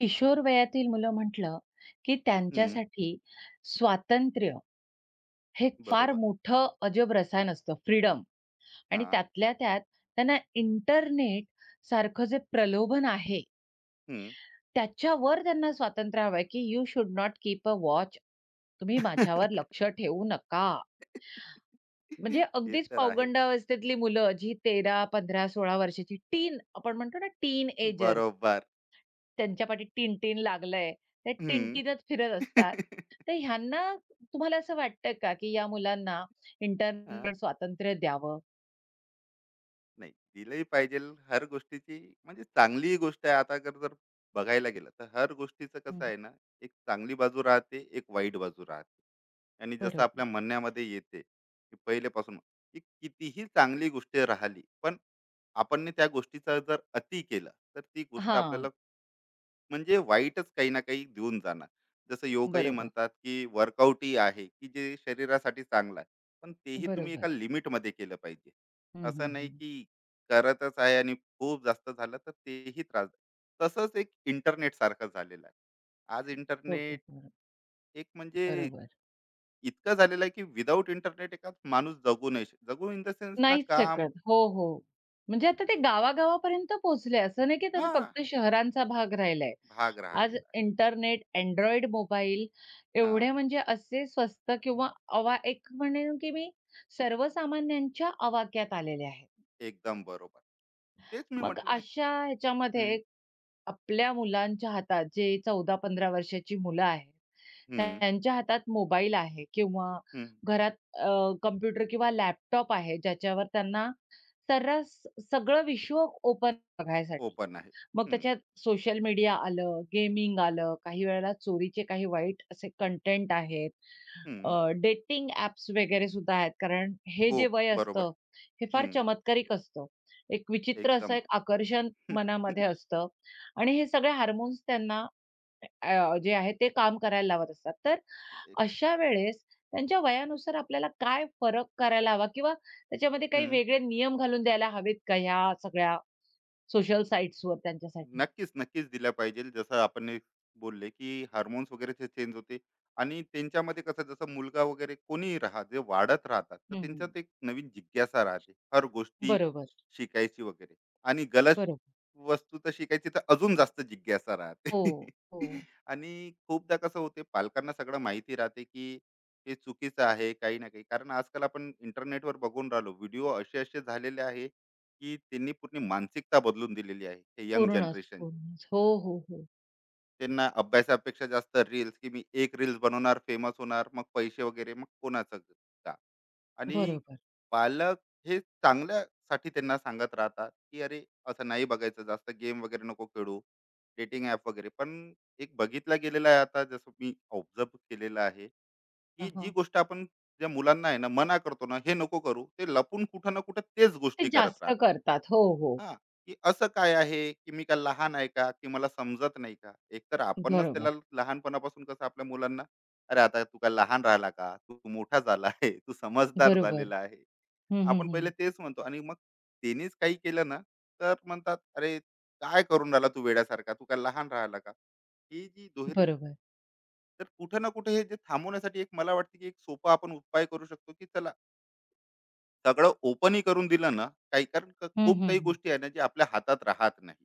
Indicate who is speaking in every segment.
Speaker 1: किशोर वयातील मुलं म्हटलं, की
Speaker 2: हं,
Speaker 1: त्यांच्यासाठी स्वातंत्र्य हे फार
Speaker 2: बरोबर.
Speaker 1: मोठं अजब रसायन असतं, फ्रीडम. आणि
Speaker 2: हां,
Speaker 1: त्यातल्या त्यात त्यांना इंटरनेट सारखं जे प्रलोभन आहे,
Speaker 2: हं.
Speaker 1: त्याच्यावर त्यांना स्वातंत्र्य हवं आहे, की "you should not keep a watch." तुम्ही माझ्यावर लक्ष ठेवू नका. म्हणजे
Speaker 2: ते
Speaker 1: अगदीच
Speaker 2: तर आहेच.
Speaker 1: पौगंडावस्थेतली मुलं जी 13, 15, 16 वर्षाची टीन आपण म्हणतो ना, टीन
Speaker 2: बरोबर.
Speaker 1: त्यांच्या पाठी टिन-टिन लागलंय, त्या
Speaker 2: हं. हां.
Speaker 1: टिन-टिनच फिरत असतात. तर ह्यांना, तुम्हाला असं वाटतं का, की या मुलांना इंटरनेटवर स्वातंत्र्य द्यावं?
Speaker 2: नाही, दिलंही पाहिजे हर गोष्टीची म्हणजे चांगलीही गोष्ट आहे. आता अगर जर बघायला गेलं, तर हर गोष्टीचं
Speaker 1: हं,
Speaker 2: कसं आहे ना, एक चांगली बाजू राहते, एक वाईट बाजू राहते. आणि जसं आपल्या
Speaker 1: बरोबर.
Speaker 2: म्हणण्यामध्ये येते, की पहिलेपासून की कितीही चांगली गोष्ट राहिली, पण आपण त्या गोष्टीचा जर अति केला, तर ती गोष्ट
Speaker 1: हां,
Speaker 2: आपल्याला म्हणजे वाईटच काही ना काही देऊन जाणार. जसं योगाही
Speaker 1: बरोबर,
Speaker 2: म्हणतात की वर्कआउटही आहे की जे शरीरासाठी चांगलं आहे, पण तेही तुम्ही एका
Speaker 1: बरोबर.
Speaker 2: लिमिटमध्ये केलं पाहिजे.
Speaker 1: हं, हं,
Speaker 2: असं नाही
Speaker 1: हं.
Speaker 2: की करतच आहे, आणि खूप जास्त झालं तर तेही त्रास. तसंच एक इंटरनेट सारखं झालेलं आहे. आज इंटरनेट
Speaker 1: बरोबर,
Speaker 2: एक म्हणजे
Speaker 1: बरोबर.
Speaker 2: इतकं झालेलं आहे की विदाऊट इंटरनेट एका माणूस जगू नाही जगू इन द सेन्स ना
Speaker 1: नाहीच
Speaker 2: काम.
Speaker 1: शकत. हो, हो. म्हणजे आता ते गावागावापर्यंत पोहोचले. असं नाही की आता ते
Speaker 2: हा
Speaker 1: फक्त शहरांचा भाग राहिलाय.
Speaker 2: भाग
Speaker 1: आज
Speaker 2: राहिलेला आहे.
Speaker 1: इंटरनेट, Android मोबाईल
Speaker 2: हा,
Speaker 1: एवढे म्हणजे असे स्वस्त किंवा अवा एक म्हणेन की मी सर्वसामान्यांच्या आवाक्यात आलेले आहेत.
Speaker 2: एकदम बरोबर. तेच मी
Speaker 1: मग
Speaker 2: म्हटलं ना.
Speaker 1: अशा
Speaker 2: हम्म.
Speaker 1: ह्याच्यामध्ये आपल्या मुलांच्या हातात, जे 14-15 वर्षाची मुलं आहेत,
Speaker 2: हम्म.
Speaker 1: त्यांच्या हातात मोबाईल आहे किंवा
Speaker 2: हम्म.
Speaker 1: घरात अ, कॉम्प्युटर किंवा लॅपटॉप आहे, ज्याच्यावर त्यांना सर्रास सगळं विश्व ओपन बघायसाठी.
Speaker 2: ओपन आहे.
Speaker 1: मग
Speaker 2: हं,
Speaker 1: त्याच्यात सोशल मीडिया आलं, गेमिंग आलं, काही वेळेला चोरीचे काही वाईट असे कंटेंट आहेत.
Speaker 2: हं.
Speaker 1: डेटिंग ॲप्स वगैरे सुद्धा आहेत. कारण हे जे
Speaker 2: खूप
Speaker 1: वय
Speaker 2: बरोबर.
Speaker 1: असतं, हे फार
Speaker 2: हं,
Speaker 1: चमत्कारिक असतं. एक विचित्र असं
Speaker 2: एकदम.
Speaker 1: एक आकर्षण मनामध्ये असतं आणि हे सगळे हार्मोन्स त्यांना जे आहे ते काम करायला लावत असतात. तर
Speaker 2: हं, एक.
Speaker 1: अशा वेळेस त्यांच्या वयानुसार आपल्याला काय फरक करायला हवा किंवा त्याच्यामध्ये काही
Speaker 2: हं.
Speaker 1: वेगळे नियम घालून द्यायला हवेत का ह्या सगळ्या सोशल साइट्सवर त्यांच्यासाठी?
Speaker 2: नक्कीच, नक्कीच दिल्या पाहिजेल. जसं आपण हे बोलले, की हार्मोन्स वगैरेचे चेंज होते आणि त्यांच्यामध्ये कसं, जसं मुलगा वगैरे कोणीही राहा, जे वाढत राहतात, तर
Speaker 1: हं, हं.
Speaker 2: त्यांच्यात एक नवीन जिज्ञासा राहते. हर गोष्टी
Speaker 1: बरोबर,
Speaker 2: शिकायची वगैरे, आणि गलत
Speaker 1: बरोबर.
Speaker 2: वस्तू तर शिकायची तर अजून जास्त जिज्ञासा
Speaker 1: हो.
Speaker 2: राहते.
Speaker 1: हो.
Speaker 2: आणि खूपदा कसं होते, पालकांना सगळं माहिती राहते, की हे चुकीचं आहे काही ना काही. कारण आजकाल आपण इंटरनेटवर बघून राहिलो, व्हिडिओ असे-असे झालेले आहे, की त्यांनी पूर्ण मानसिकता बदलून दिलेली आहे हे यंग
Speaker 1: पूर्णच,
Speaker 2: जनरेशन.
Speaker 1: पूर्णच. हो, हो, हो.
Speaker 2: त्यांना अभ्यासापेक्षा जास्त रील्स, की मी एक रील्स बनवणार, फेमस होणार, मग पैसे वगैरे, मग कोणाचं का. आणि
Speaker 1: बरोबर.
Speaker 2: पालक हे चांगल्यासाठी त्यांना सांगत राहतात, की अरे, असं नाही बघायचं, जास्त गेम वगैरे नको खेळू, डेटिंग ॲप वगैरे पण. एक बघितला गेलेला आहे आता, जसं मी ऑब्झर्व केलेलं आहे,
Speaker 1: हं,
Speaker 2: की जी
Speaker 1: हं.
Speaker 2: गोष्ट आपण ज्या मुलांना आहे ना मना करतो ना, हे नको करू, ते लपून कुठं ना कुठं तेच
Speaker 1: ते
Speaker 2: गोष्टी करत
Speaker 1: जास्त
Speaker 2: राहतात.
Speaker 1: करतात. हो, हो.
Speaker 2: हां, की असं काय आहे, की मी काय लहान आहे का, की मला समजत नाही का? एकतर आपणच
Speaker 1: बरोबर,
Speaker 2: त्याला लहानपणापासून कसं आपल्या मुलांना, "अरे, आता तू काय लहान राहिला का? तू मोठा झाला आहे, तू समजदार
Speaker 1: बरोबर.
Speaker 2: झालेला आहे."
Speaker 1: हं, हं,
Speaker 2: आपण पहिले
Speaker 1: हं.
Speaker 2: तेच म्हणतो, आणि मग त्यांनीच काही केलं ना, तर म्हणतात, "अरे, काय करून राहिला तू वेड्यासारखा? तू काय लहान राहिला का?" ही जी दुहेरी.
Speaker 1: बरोबर.
Speaker 2: तर कुठे ना कुठे हे जे थांबवण्यासाठी एक मला वाटतं, की एक सोपा आपण उपाय करू शकतो, की चला सगळं ओपनही करून दिलं ना, काही कारण क
Speaker 1: हं,
Speaker 2: खूप
Speaker 1: हं,
Speaker 2: काही
Speaker 1: हं.
Speaker 2: गोष्टी आहे ना, जे आपल्या हातात राहत नाही.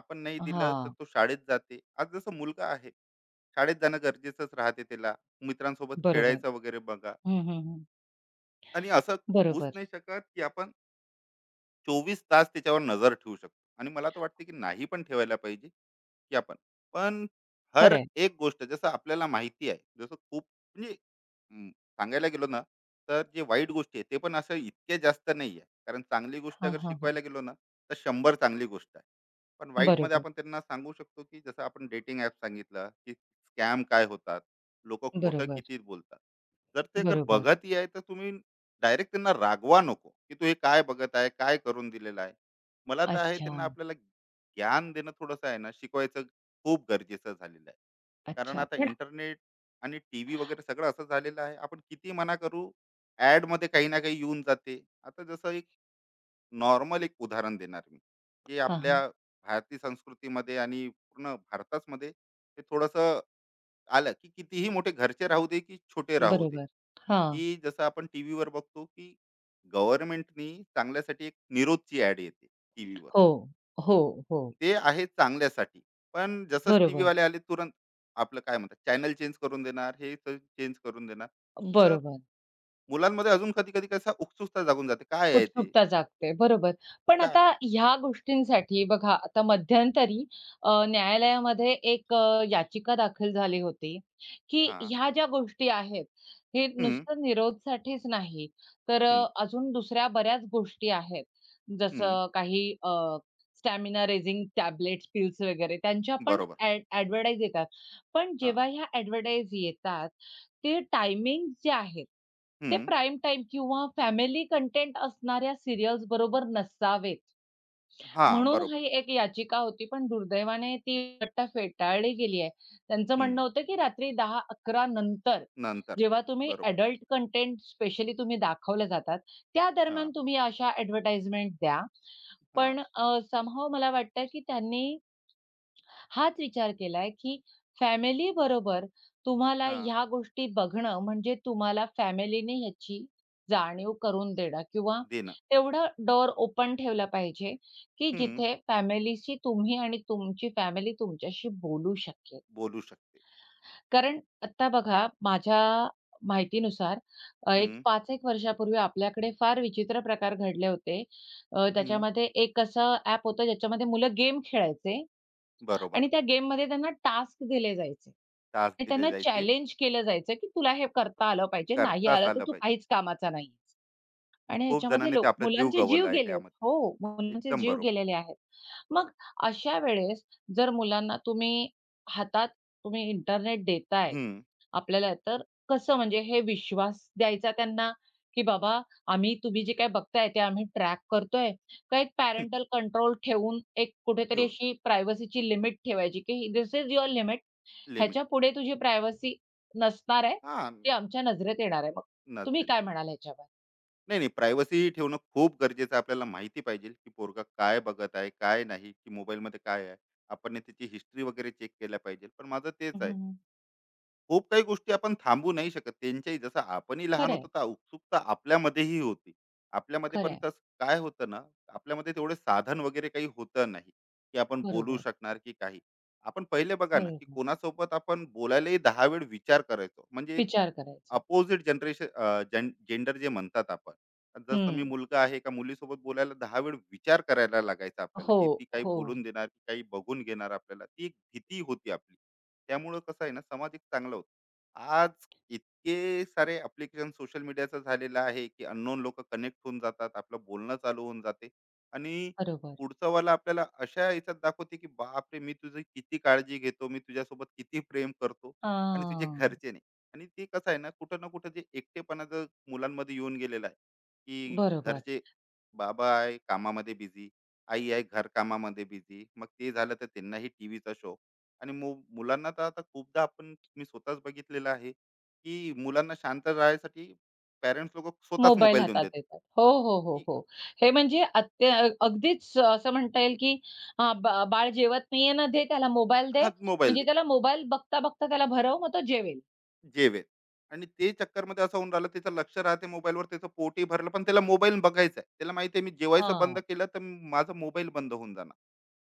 Speaker 2: आपण नाही दिलं तर
Speaker 1: हां,
Speaker 2: तो शाळेत जाते. आज जसं मुलगा आहे, शाळेत जाणं गरजेचंच राहते त्याला. मित्रांसोबत
Speaker 1: बरोबर.
Speaker 2: खेळायचं वगैरे बघा.
Speaker 1: हं, हं, हं.
Speaker 2: आणि असं होऊच
Speaker 1: बरोबर.
Speaker 2: नाही शकत, की आपण 24 तास त्याच्यावर नजर ठेवू शकतो, आणि मला तर वाटते की नाही पण ठेवायला पाहिजे की आपण, पण हर
Speaker 1: खरंय.
Speaker 2: एक गोष्ट जसं आपल्याला माहिती आहे. जसं खूप म्हणजे हम्म, सांगायला गेलो ना, तर जे वाईट गोष्टी आहे ते पण असं इतके जास्त नाही आहे, कारण चांगली गोष्ट
Speaker 1: हां,
Speaker 2: अगर
Speaker 1: हां, हां.
Speaker 2: शिकवायला गेलो ना, तर 100 चांगली गोष्ट आहे. पण वाईटमध्ये
Speaker 1: बरोबर,
Speaker 2: आपण त्यांना सांगू शकतो, की जसं आपण डेटिंग ॲप सांगितलं, की स्कॅम काय होतात, लोक खोटं
Speaker 1: बरोबर,
Speaker 2: किती बोलतात. जर ते जर
Speaker 1: बरोबर.
Speaker 2: बघतही आहे, तर तुम्ही डायरेक्ट त्यांना रागवा नको, की तू हे काय बघत आहे, काय करून दिलेलं आहे. मला तर आहे
Speaker 1: अच्छा,
Speaker 2: त्यांना आपल्याला ज्ञान देणं थोडंसं आहे ना, शिकवायचं खूप गरजेचं झालेलं आहे. कारण
Speaker 1: अच्छा.
Speaker 2: आता
Speaker 1: पण
Speaker 2: इंटरनेट आणि टी व्ही वगैरे सगळं असं झालेलं आहे, आपण किती मना करू. ॲडमध्ये काही ना काही येऊन जाते. आता जसं एक नॉर्मल एक उदाहरण देणार मी, जे
Speaker 1: हां, हां.
Speaker 2: आपल्या भारतीय संस्कृतीमध्ये आणि पूर्ण भारताचमध्ये ते थोडंसं आलं, की कितीही मोठे घरचे राहू दे की छोटे राहू दे,
Speaker 1: बरोबर. हां.
Speaker 2: की जसं आपण टीव्हीवर बघतो की गव्हर्नमेंटनी चांगल्यासाठी एक निरोधची ऍड येते टीव्हीवर.
Speaker 1: हो, हो, हो.
Speaker 2: ते आहे चांगल्यासाठी, पण जसंच टीव्ही
Speaker 1: बरोबर,
Speaker 2: वाले आले तुरंत आपलं काय म्हणतात चॅनल चेंज करून देणार, हे चेंज करून देणार. तर
Speaker 1: बरोबर.
Speaker 2: मुलांमध्ये अजून कधी कधी कसा उत्सुकता जागून जाते काय आहे ते.
Speaker 1: उत्सुकता जागते, बरोबर. पण
Speaker 2: काय.
Speaker 1: आता ह्या गोष्टींसाठी बघा, आता मध्यंतरी न्यायालयामध्ये एक याचिका दाखल झाली होती, की
Speaker 2: हा.
Speaker 1: ह्या ज्या गोष्टी आहेत, हे
Speaker 2: हम्म.
Speaker 1: नुसतं निरोधसाठीच नाही, तर
Speaker 2: हम्म.
Speaker 1: अजून दुसऱ्या बऱ्याच गोष्टी आहेत.
Speaker 2: हम्म.
Speaker 1: जसं काही स्टॅमिना रेझिंग टॅबलेट्स, पिल्स वगैरे त्यांच्या पण
Speaker 2: बरोबर.
Speaker 1: ॲड येतात. पण
Speaker 2: हा.
Speaker 1: जेव्हा ह्या ॲडव्हर्टाइज येतात, ते टायमिंग जे आहेत, ते
Speaker 2: हम्म.
Speaker 1: प्राईम टाईम किंवा फॅमिली कंटेंट असणाऱ्या सिरियल्स बरोबर नसावेत.
Speaker 2: हा,
Speaker 1: म्हणून
Speaker 2: बरोबर.
Speaker 1: ही एक याचिका होती, पण दुर्दैवाने ती आता फेटाळली गेली आहे. त्यांचं म्हणणं
Speaker 2: हम्म.
Speaker 1: होतं, की रात्री 10 अकरा नंतर
Speaker 2: नंतर.
Speaker 1: जेव्हा तुम्ही
Speaker 2: बरोबर.
Speaker 1: अडल्ट कंटेंट स्पेशली तुम्ही दाखवले जातात, त्या
Speaker 2: हा.
Speaker 1: दरम्यान तुम्ही अशा ॲडव्हर्टाइजमेंट द्या.
Speaker 2: हा.
Speaker 1: पण समहाऊ मला वाटतं, की त्यांनी हाच विचार केलाय, की फॅमिली बरोबर तुम्हाला
Speaker 2: हा.
Speaker 1: ह्या गोष्टी बघणं म्हणजे तुम्हाला फॅमिलीने ह्याची जाणीव करून देणं किंवा
Speaker 2: देणं.
Speaker 1: तेवढा डोअर ओपन ठेवला पाहिजे, की
Speaker 2: हम्म.
Speaker 1: जिथे फॅमिलीशी तुम्ही आणि तुमची फॅमिली तुमच्याशी बोलू शकेल.
Speaker 2: बोलू शकते.
Speaker 1: कारण आता बघा, माझ्या माहितीनुसार एक
Speaker 2: हम्म.
Speaker 1: 5-1 वर्षापूर्वी आपल्याकडे फार विचित्र प्रकार घडले होते.
Speaker 2: हम्म.
Speaker 1: त्याच्यामध्ये एक असं ॲप होतं, ज्याच्यामध्ये मुलं गेम खेळायचे
Speaker 2: बरोबर.
Speaker 1: आणि त्या गेममध्ये त्यांना टास्क दिले जायचे
Speaker 2: तास
Speaker 1: आणि
Speaker 2: दिले
Speaker 1: त्यांना
Speaker 2: जायचे.
Speaker 1: चॅलेंज केलं जायचं, की "तुला हे करता आलं पाहिजे. नाही
Speaker 2: करताच
Speaker 1: आलं तर
Speaker 2: आलं
Speaker 1: तू
Speaker 2: पाहिजे.
Speaker 1: काहीच कामाचा नाहीयेस."
Speaker 2: आणि
Speaker 1: आणि
Speaker 2: खूप
Speaker 1: ह्याच्यामध्ये
Speaker 2: जणांनी ते
Speaker 1: लोक
Speaker 2: आपला जीव
Speaker 1: मुलांचे जीव
Speaker 2: गमावला आहे
Speaker 1: गेलेत.
Speaker 2: त्यामध्ये.
Speaker 1: हो, मुलांचे
Speaker 2: एकदम
Speaker 1: जीव
Speaker 2: बरोबर.
Speaker 1: गेलेले आहेत. मग अशा वेळेस जर मुलांना हातात तुम्ही इंटरनेट देताय,
Speaker 2: हं.
Speaker 1: आपल्याला तर कसं म्हणजे हे विश्वास द्यायचा त्यांना, की बाबा, आम्ही तुम्ही जे काही बघताय ते आम्ही ट्रॅक करतोय, का एक पॅरेंटल कंट्रोल ठेवून एक कुठेतरी
Speaker 2: ठेवून.
Speaker 1: अशी प्रायव्हसीची लिमिट ठेवायची, की "this is your limit.
Speaker 2: Limit.
Speaker 1: ह्याच्यापुढे तुझी प्रायव्हसी नसणार आहे.
Speaker 2: हां,
Speaker 1: ती आमच्या नजरेत येणार आहे." मग तुम्ही
Speaker 2: नजरेत
Speaker 1: काय
Speaker 2: येणार.
Speaker 1: म्हणाल ह्याच्यावर?
Speaker 2: नाही, नाही, प्रायव्हसी ठेवणं खूप गरजेचं आहे. आपल्याला माहिती पाहिजे की पोरगा काय बघत आहे, काय नाही, की मोबाईलमध्ये काय आहे. आपण ने त्याची हिस्ट्री वगैरे चेक केल्या पाहिजे. पण माझं तेच
Speaker 1: हं, हं,
Speaker 2: आहे.
Speaker 1: हं.
Speaker 2: खूप काही गोष्टी आपण थांबवू नाही शकत. त्यांच्याही, जसं आपणही लहान
Speaker 1: खरं आहे,
Speaker 2: होतो, तर उत्सुकता आपल्यामध्येही होती. आपल्यामध्ये पण तसं काय होतं ना, आपल्यामध्ये तेवढे साधन वगैरे काही होतं नाही, की आपण बोलू
Speaker 1: बरोबर,
Speaker 2: शकणार की काही. आपण पहिले बघा ना, की
Speaker 1: बरोबर.
Speaker 2: कोणासोबत आपण बोलायलाही 10 वेळ विचार करायचो. म्हणजे
Speaker 1: विचार करायचा.
Speaker 2: अपोजिट जनरेशन, जेंडर जे म्हणतात आपण. जसं मी
Speaker 1: हं.
Speaker 2: मुलगा आहे का मुलीसोबत बोलायला 10 वेळ विचार करायला लागायचा आपल्याला, की ती
Speaker 1: हो,
Speaker 2: काही
Speaker 1: हो.
Speaker 2: बोलून देणार, की काही बघून घेणार आपल्याला. ती एक भीती होती आपली. त्यामुळं कसं आहे ना, समाज एक चांगला होता. आज इतके सारे ॲप्लिकेशन सोशल मीडियाचं झालेलं आहे, की अननोन लोकं कनेक्ट होऊन जातात. आपलं बोलणं चालू होऊन जाते, आणि
Speaker 1: बरोबर.
Speaker 2: पुढचावाला आपल्याला अशा ह्याच्यात दाखवते, की "बापरे! मी तुझी किती काळजी घेतो, मी तुझ्यासोबत किती प्रेम करतो", आणि तुझे
Speaker 1: हां.
Speaker 2: घरचे नाही. आणि ते कसं आहे ना, कुठं ना कुठं जे एकटेपणा जर मुलांमध्ये येऊन गेलेला आहे, की
Speaker 1: बरोबर.
Speaker 2: घरचे, बाबा आहे कामामध्ये बिझी, आई आहे घर कामामध्ये बिझी, मग ते झालं तर त्यांनाही टी व्हीचा शो. आणि मुलांना तर आता खूपदा आपण, मी स्वतःच बघितलेलं आहे, की मुलांना शांत राहायसाठी पॅरेंट्स लोक स्वतःच
Speaker 1: मोबाईल
Speaker 2: मोबाईल देऊन
Speaker 1: हातात
Speaker 2: देतात,
Speaker 1: देतात. हो, हो, हो,
Speaker 2: की
Speaker 1: हो. हे म्हणजे अगदीच असं म्हणता येईल, की बाळ जेवत नाहीये ना, दे त्याला मोबाईल दे.
Speaker 2: हाच मोबाईल,
Speaker 1: म्हणजे त्याला मोबाईल बघता-बघता त्याला भरव, मग तो जेवेल.
Speaker 2: जेवेल. आणि ते चक्करमध्ये असं होऊन राहिलं, त्याचं लक्ष राहते मोबाईलवर, त्याचं पोटही भरलं, पण त्याला मोबाईल बघायचा आहे, त्याला माहिती आहे मी जेवायचं बंद
Speaker 1: हां,
Speaker 2: केलं तर माझा मोबाईल बंद होऊन जाणार.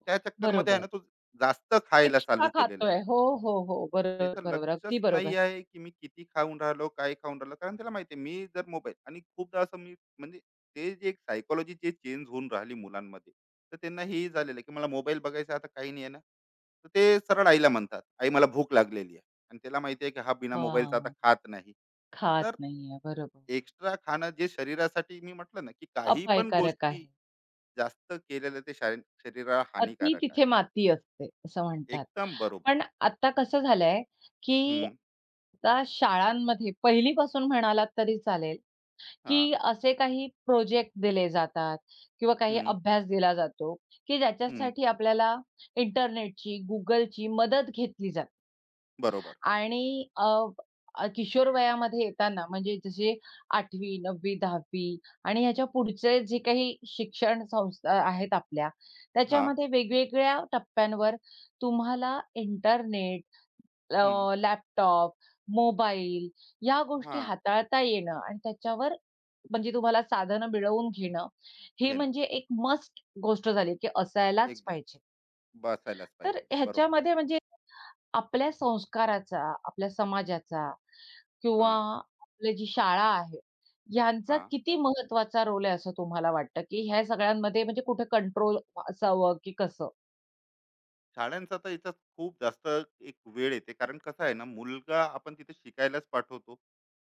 Speaker 2: त्या चक्करमध्ये आहे
Speaker 1: बरोबर.
Speaker 2: ना तो जास्त खायला
Speaker 1: एक्स्ट्रा
Speaker 2: चालू केलेला आहे.
Speaker 1: खातोय. हो, हो, हो. बरोबर,
Speaker 2: त्याचं
Speaker 1: बरोबर. अगदी
Speaker 2: लक्षच नाही
Speaker 1: बरोबर.
Speaker 2: आहे की मी किती खाऊन राहिलो, काय खाऊन राहिलो, कारण त्याला माहिती आहे मी जर मोबाईल, आणि खूपदा असं, मी म्हणजे ते जे एक सायकोलॉजी जे चेंज होऊन राहिली मुलांमध्ये, तर त्यांना हे झालेलं आहे की मला मोबाईल बघायचा आहे, आता काही नाही आहे ना, तर ते सरळ आईला म्हणतात, "आई, मला भूक लागलेली आहे." आणि त्याला माहिती आहे की हा बिना मोबाईलचा आता
Speaker 1: हां,
Speaker 2: खात नाही.
Speaker 1: खात
Speaker 2: तर
Speaker 1: नाहीये. बरोबर.
Speaker 2: एक्स्ट्रा खाणं जे शरीरासाठी, मी म्हटलं ना, की काही पण
Speaker 1: अपायकारक
Speaker 2: गोष्टी
Speaker 1: आहे.
Speaker 2: जास्त केलेल्या ते शरीराला
Speaker 1: "अति
Speaker 2: हानिकारक आहे.
Speaker 1: तिथे माती असते" असं म्हणतात.
Speaker 2: एकदम बरोबर.
Speaker 1: पण आता कसं झालंय, की
Speaker 2: हं,
Speaker 1: आता शाळांमध्ये पहिलीपासून म्हणालात तरी चालेल,
Speaker 2: हां,
Speaker 1: की असे काही प्रोजेक्ट दिले जातात किंवा काही
Speaker 2: हं,
Speaker 1: अभ्यास दिला जातो, की
Speaker 2: हं.
Speaker 1: ज्याच्यासाठी आपल्याला इंटरनेटची, Googleची मदत घेतली जाते.
Speaker 2: बरोबर.
Speaker 1: आणि अ, अ, किशोर वयामध्ये येताना म्हणजे जसे 8वी, 9वी, 10वी आणि ह्याच्या पुढचे जे काही शिक्षण संस्था आहेत आपल्या,
Speaker 2: हां,
Speaker 1: त्याच्यामध्ये वेगवेगळ्या टप्प्यांवर तुम्हाला इंटरनेट,
Speaker 2: हं,
Speaker 1: लॅपटॉप, मोबाईल या गोष्टी
Speaker 2: हां.
Speaker 1: हाताळता येणं आणि त्याच्यावर म्हणजे तुम्हाला साधनं मिळवून घेणं, हे
Speaker 2: घे ना.
Speaker 1: म्हणजे एक मस्ट गोष्ट झाली, की असायलाच
Speaker 2: एकदम
Speaker 1: पाहिजे.
Speaker 2: बसायलाच
Speaker 1: तर
Speaker 2: पाहिजे. बरोबर.
Speaker 1: ह्याच्यामध्ये म्हणजे आपल्या संस्काराचा, आपल्या समाजाचा किंवा
Speaker 2: हां,
Speaker 1: आपली जी शाळा आहे, यांचा
Speaker 2: हां.
Speaker 1: किती महत्त्वाचा रोल आहे असं तुम्हाला वाटतं, की ह्या सगळ्यांमध्ये म्हणजे कुठे कंट्रोल असावं की कसं?
Speaker 2: शाळांचा तर याच्यात खूप जास्त एक वेळ येते, कारण कसं आहे ना, मुलगा आपण तिथे शिकायलाच पाठवतो.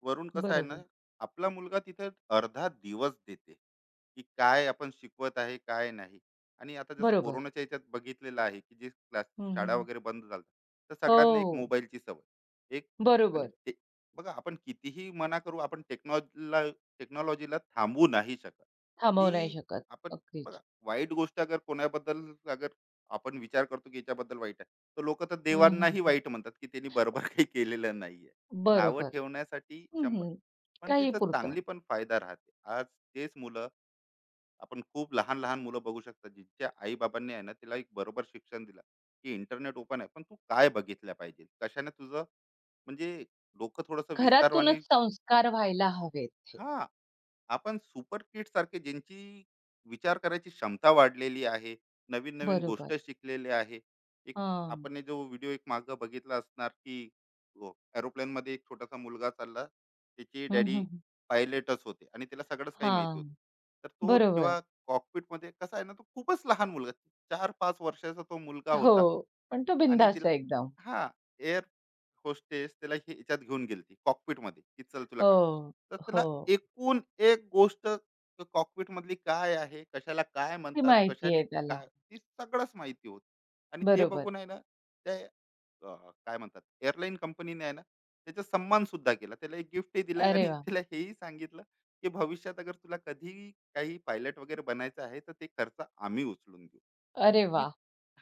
Speaker 2: वरून कसं आहे ना,
Speaker 1: बरोबर.
Speaker 2: आपला मुलगा तिथे अर्धा दिवस देते, की काय आपण शिकवत आहे काय नाही. आणि आता जसं
Speaker 1: बरोबर.
Speaker 2: कोरोनाच्या याच्यात बघितलेलं आहे, की जे क्लास, शाळा
Speaker 1: हं,
Speaker 2: वगैरे बंद झाल्या, तर सगळ्यांना एक
Speaker 1: हो,
Speaker 2: मोबाईलची सवय एक. आणि
Speaker 1: बरोबर.
Speaker 2: ते, बघा, आपण कितीही मना करू, आपण टेक्नॉलॉजीला, टेक्नॉलॉजीला थांबू नाही शकत.
Speaker 1: थांबवू नाही
Speaker 2: ती
Speaker 1: शकत.
Speaker 2: आपण
Speaker 1: अगदीच.
Speaker 2: बघा, वाईट गोष्ट अगर कोणाबद्दल अगर आपण विचार करतो की याच्याबद्दल वाईट आहे, तर लोक तर
Speaker 1: हं, हं,
Speaker 2: देवांनाही
Speaker 1: हं.
Speaker 2: वाईट म्हणतात की त्यांनी बरोबर काही केलेलं नाहीये. नावं
Speaker 1: बरोबर.
Speaker 2: ठेवण्यासाठी
Speaker 1: हं,
Speaker 2: 100.
Speaker 1: हं.
Speaker 2: पण
Speaker 1: काही
Speaker 2: तिचा
Speaker 1: पुरतं.
Speaker 2: चांगली पण फायदा राहते. आज तेच मुलं, आपण खूप लहान लहान मुलं बघू शकतात जिच्या आई बाबांनी आहे ना तिला एक बरोबर शिक्षण दिलं, की इंटरनेट ओपन आहे, पण तू काय बघितलं पाहिजे, कशाने तुझं, म्हणजे डोकं थोडस विस्तारवाणी.
Speaker 1: घरातूनच संस्कार व्हायला हवेत हे.
Speaker 2: हा, आपण सुपर किट सारखे, ज्यांची विचार करायची क्षमता वाढलेली आहे, नवीन नवीन
Speaker 1: बरोबर.
Speaker 2: गोष्ट शिकलेले आहे. एक,
Speaker 1: हां.
Speaker 2: आपण हे जो व्हिडिओ एक माग बघितला असणार, की एरोप्लेन मध्ये एक छोटासा मुलगा चालला, त्याची
Speaker 1: हं,
Speaker 2: डॅडी
Speaker 1: हं, हं.
Speaker 2: पायलटच होते, आणि त्याला सगळंच काही माहिती होतं.
Speaker 1: हां.
Speaker 2: तर तो
Speaker 1: बरोबर.
Speaker 2: जेव्हा cockpit मध्ये, कसा आहे ना, तो खूपच लहान मुलगा, 4-5 वर्षाचा तो मुलगा
Speaker 1: हो.
Speaker 2: होता,
Speaker 1: पण तो
Speaker 2: आणि
Speaker 1: बिनधास्त
Speaker 2: तिला,
Speaker 1: आहे एकदम.
Speaker 2: हा, एअर होस्टेस त्याला हे- याच्यात घेऊन गेलती कॉकपिट मध्ये, की चल तुला काय.
Speaker 1: हो,
Speaker 2: तर त्याला
Speaker 1: हो.
Speaker 2: एकूण एक गोष्ट, कॉकपिट मधली काय आहे, कशाला काय
Speaker 1: ती
Speaker 2: म्हणतात,
Speaker 1: माहिती
Speaker 2: कशाने
Speaker 1: आहे त्याला.
Speaker 2: काय, ती सगळंच माहिती होती. आणि ते
Speaker 1: बरोबर.
Speaker 2: बघून आहे ना, ते, अ, काय म्हणतात, एअरलाईन कंपनीने आहे ना, त्याचा सन्मान सुद्धा केला. त्याला एक गिफ्टही दिलं,
Speaker 1: अरे
Speaker 2: आणि
Speaker 1: वा,
Speaker 2: तिला हेही सांगितलं, की भविष्यात अगर तुला कधी काही पायलट वगैरे बनायचं आहे, तर ते खर्च आम्ही उचलून घेऊ.
Speaker 1: अरे
Speaker 2: तर मी,
Speaker 1: वा,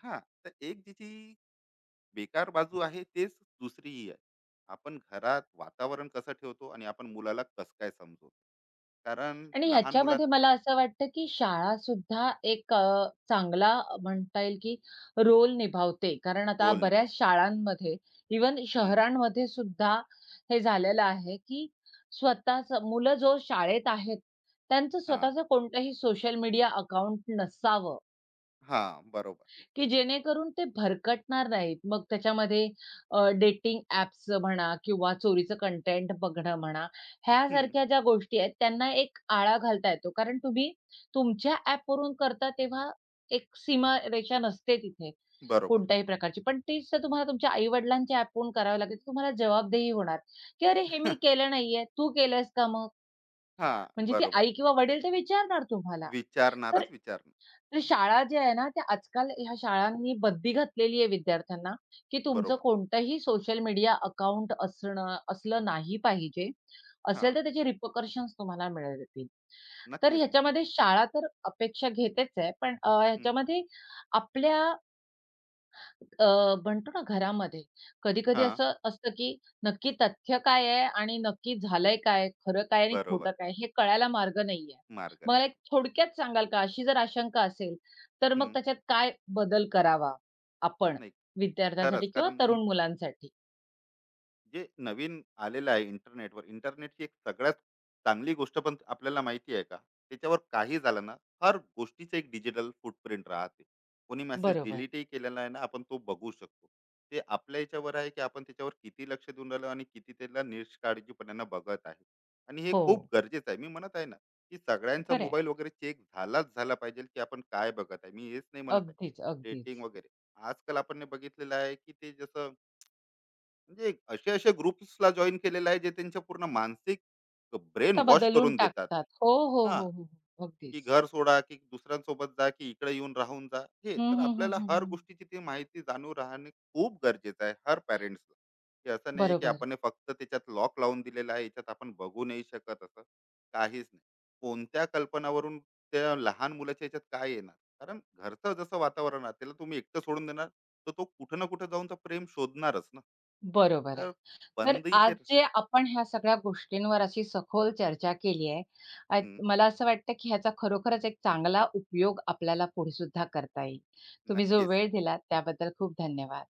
Speaker 2: हां, तर एक तिची बेकार बाजू आहे, तेच दुसरीही आहे. आपण घरात वातावरण कसं ठेवतो, आणि आपण मुलाला कसं काय समजवतो. कारण
Speaker 1: आणि
Speaker 2: लहान मुलात
Speaker 1: ह्याच्यामध्ये मला असं वाटतं, की शाळा सुद्धा एक चांगला म्हणता येईल, की रोल निभावते. कारण आता
Speaker 2: रोल निभवतो.
Speaker 1: बऱ्याच शाळांमध्ये, इव्हन
Speaker 2: हं,
Speaker 1: शहरांमध्ये सुद्धा हे झालेलं आहे, की स्वतःचं मुलं जो शाळेत आहेत, त्यांचं
Speaker 2: हां,
Speaker 1: स्वतःचं कोणतंही सोशल मीडिया अकाउंट नसावं.
Speaker 2: हां, बरोबर.
Speaker 1: की जेणेकरून ते भरकटणार नाहीत. मग त्याच्यामध्ये डेटिंग ॲप्सचं म्हणा किंवा चोरीचं कंटेंट बघणं म्हणा,
Speaker 2: हं,
Speaker 1: ह्यासारख्या ज्या गोष्टी आहेत त्यांना एक आळा घालता येतो. कारण तुम्ही तुमच्या ॲपवरून करता तेव्हा एक सीमारेषा नसते तिथे
Speaker 2: बरोबर.
Speaker 1: कोणत्याही प्रकारची. पण तीच तर तुम्हाला तुमच्या आई-वडिलांच्या ॲपवरून करावी लागेल. तुम्हाला जबाबदेही होणार, की "अरे, हे मी केलं नाहीये. तू केलंयस का मग?"
Speaker 2: हां,
Speaker 1: म्हणजे ती
Speaker 2: बरोबर.
Speaker 1: आई किंवा वडील ते विचारणार तुम्हाला. तर
Speaker 2: विचारणारच विचारणार.
Speaker 1: तर शाळा ज्या आहे ना, त्या आजकाल ह्या शाळांनी बंदी घातलेली आहे विद्यार्थ्यांना, की तुमचं
Speaker 2: बरोबर.
Speaker 1: कोणतंही सोशल मीडिया अकाउंट असणं असलं नाही पाहिजे. असेल
Speaker 2: हां,
Speaker 1: तर त्याचे रिपकर्शन्स तुम्हाला मिळतील. तर
Speaker 2: नक्कीच.
Speaker 1: ह्याच्यामध्ये शाळा तर अपेक्षा घेतेच आहे, पण
Speaker 2: हं,
Speaker 1: ह्याच्यामध्ये आपल्या म्हणतो ना घरामध्ये, कधी-कधी
Speaker 2: हां,
Speaker 1: असं असतं, की नक्की तथ्य काय आहे आणि नक्की झालंय काय? खरं काय आणि
Speaker 2: बरोबर.
Speaker 1: खोटं काय? हे कळायला मार्ग नाहीये.
Speaker 2: मार्ग नाही.
Speaker 1: मला एक थोडक्यात सांगाल का? अशी जर आशंका असेल, तर मग
Speaker 2: हं,
Speaker 1: त्याच्यात काय बदल करावा आपण
Speaker 2: नाही.
Speaker 1: विद्यार्थ्यांसाठी
Speaker 2: खरंच,
Speaker 1: किंवा
Speaker 2: कारण
Speaker 1: तरुण मुलांसाठी?
Speaker 2: जे नवीन आलेलं आहे इंटरनेटवर, इंटरनेटची एक सगळ्यात चांगली गोष्ट पण आपल्याला माहिती आहे का? त्याच्यावर काही झालं ना, हर गोष्टीचं एक डिजिटल फूटप्रिंट राहते. कोणी मेसेज
Speaker 1: बरोबर.
Speaker 2: डिलीटही केलेला आहे ना, आपण तो बघू शकतो. ते आपल्या याच्यावर आहे की आपण त्याच्यावर किती लक्ष देऊन राहिलो, आणि किती त्याला निष्काळजीपणानं बघत आहे. आणि हे
Speaker 1: हो,
Speaker 2: खूप गरजेचं आहे. मी म्हणत आहे ना, की सगळ्यांचा
Speaker 1: खरं,
Speaker 2: मोबाईल वगैरे चेक झालाच झाला पाहिजे, की आपण काय बघत आहे. मी हेच नाही म्हणत आहे.
Speaker 1: अगदीच, अगदीच.
Speaker 2: रेटिंग वगैरे. आजकाल आपण हे बघितलेलं आहे, की ते जसं, म्हणजे एक असे असे ग्रुप्सला जॉईन केलेलं आहे, जे त्यांच्या पूर्ण मानसिक ब्रेन
Speaker 1: तर
Speaker 2: वॉश
Speaker 1: बदलून
Speaker 2: करून देतात आहे.
Speaker 1: टाकतात. हो, हो,
Speaker 2: हा,
Speaker 1: हो, हो, हो.
Speaker 2: की
Speaker 1: अगदीच.
Speaker 2: घर सोडा, की दुसऱ्यांसोबत जा, की इकडे येऊन राहून जा. हे
Speaker 1: हं,
Speaker 2: तर
Speaker 1: हं, हं,
Speaker 2: आपल्याला
Speaker 1: हं,
Speaker 2: हर
Speaker 1: हं.
Speaker 2: गोष्टीची ती माहिती जाणून राहणे खूप गरजेचं आहे हर पॅरेंट्सला. की असं नाही की
Speaker 1: बरोबर.
Speaker 2: आपण हे फक्त त्याच्यात लॉक लावून दिलेलं आहे, याच्यात आपण बघू नाही शकत, असं काहीच नाही. कोणत्या कल्पनावरून त्या लहान मुलाच्या याच्यात काय येणार, कारण घरचं जसं वातावरण आहे, त्याला तुम्ही एकटं सोडून देणार, तर तो कुठं ना कुठं जाऊन तर प्रेम शोधणारच ना.
Speaker 1: बरोबर आहे.
Speaker 2: तर
Speaker 1: तर
Speaker 2: बंदी
Speaker 1: आज
Speaker 2: ते.
Speaker 1: जे आपण ह्या सगळ्या गोष्टींवर अशी सखोल चर्चा केली आहे, अ,
Speaker 2: हं,
Speaker 1: मला असं वाटतं की ह्याचा खरोखरच एक चांगला उपयोग आपल्याला पुढे सुद्धा करता येईल. तुम्ही जो
Speaker 2: नक्कीच.
Speaker 1: वेळ दिलात त्याबद्दल खूप धन्यवाद.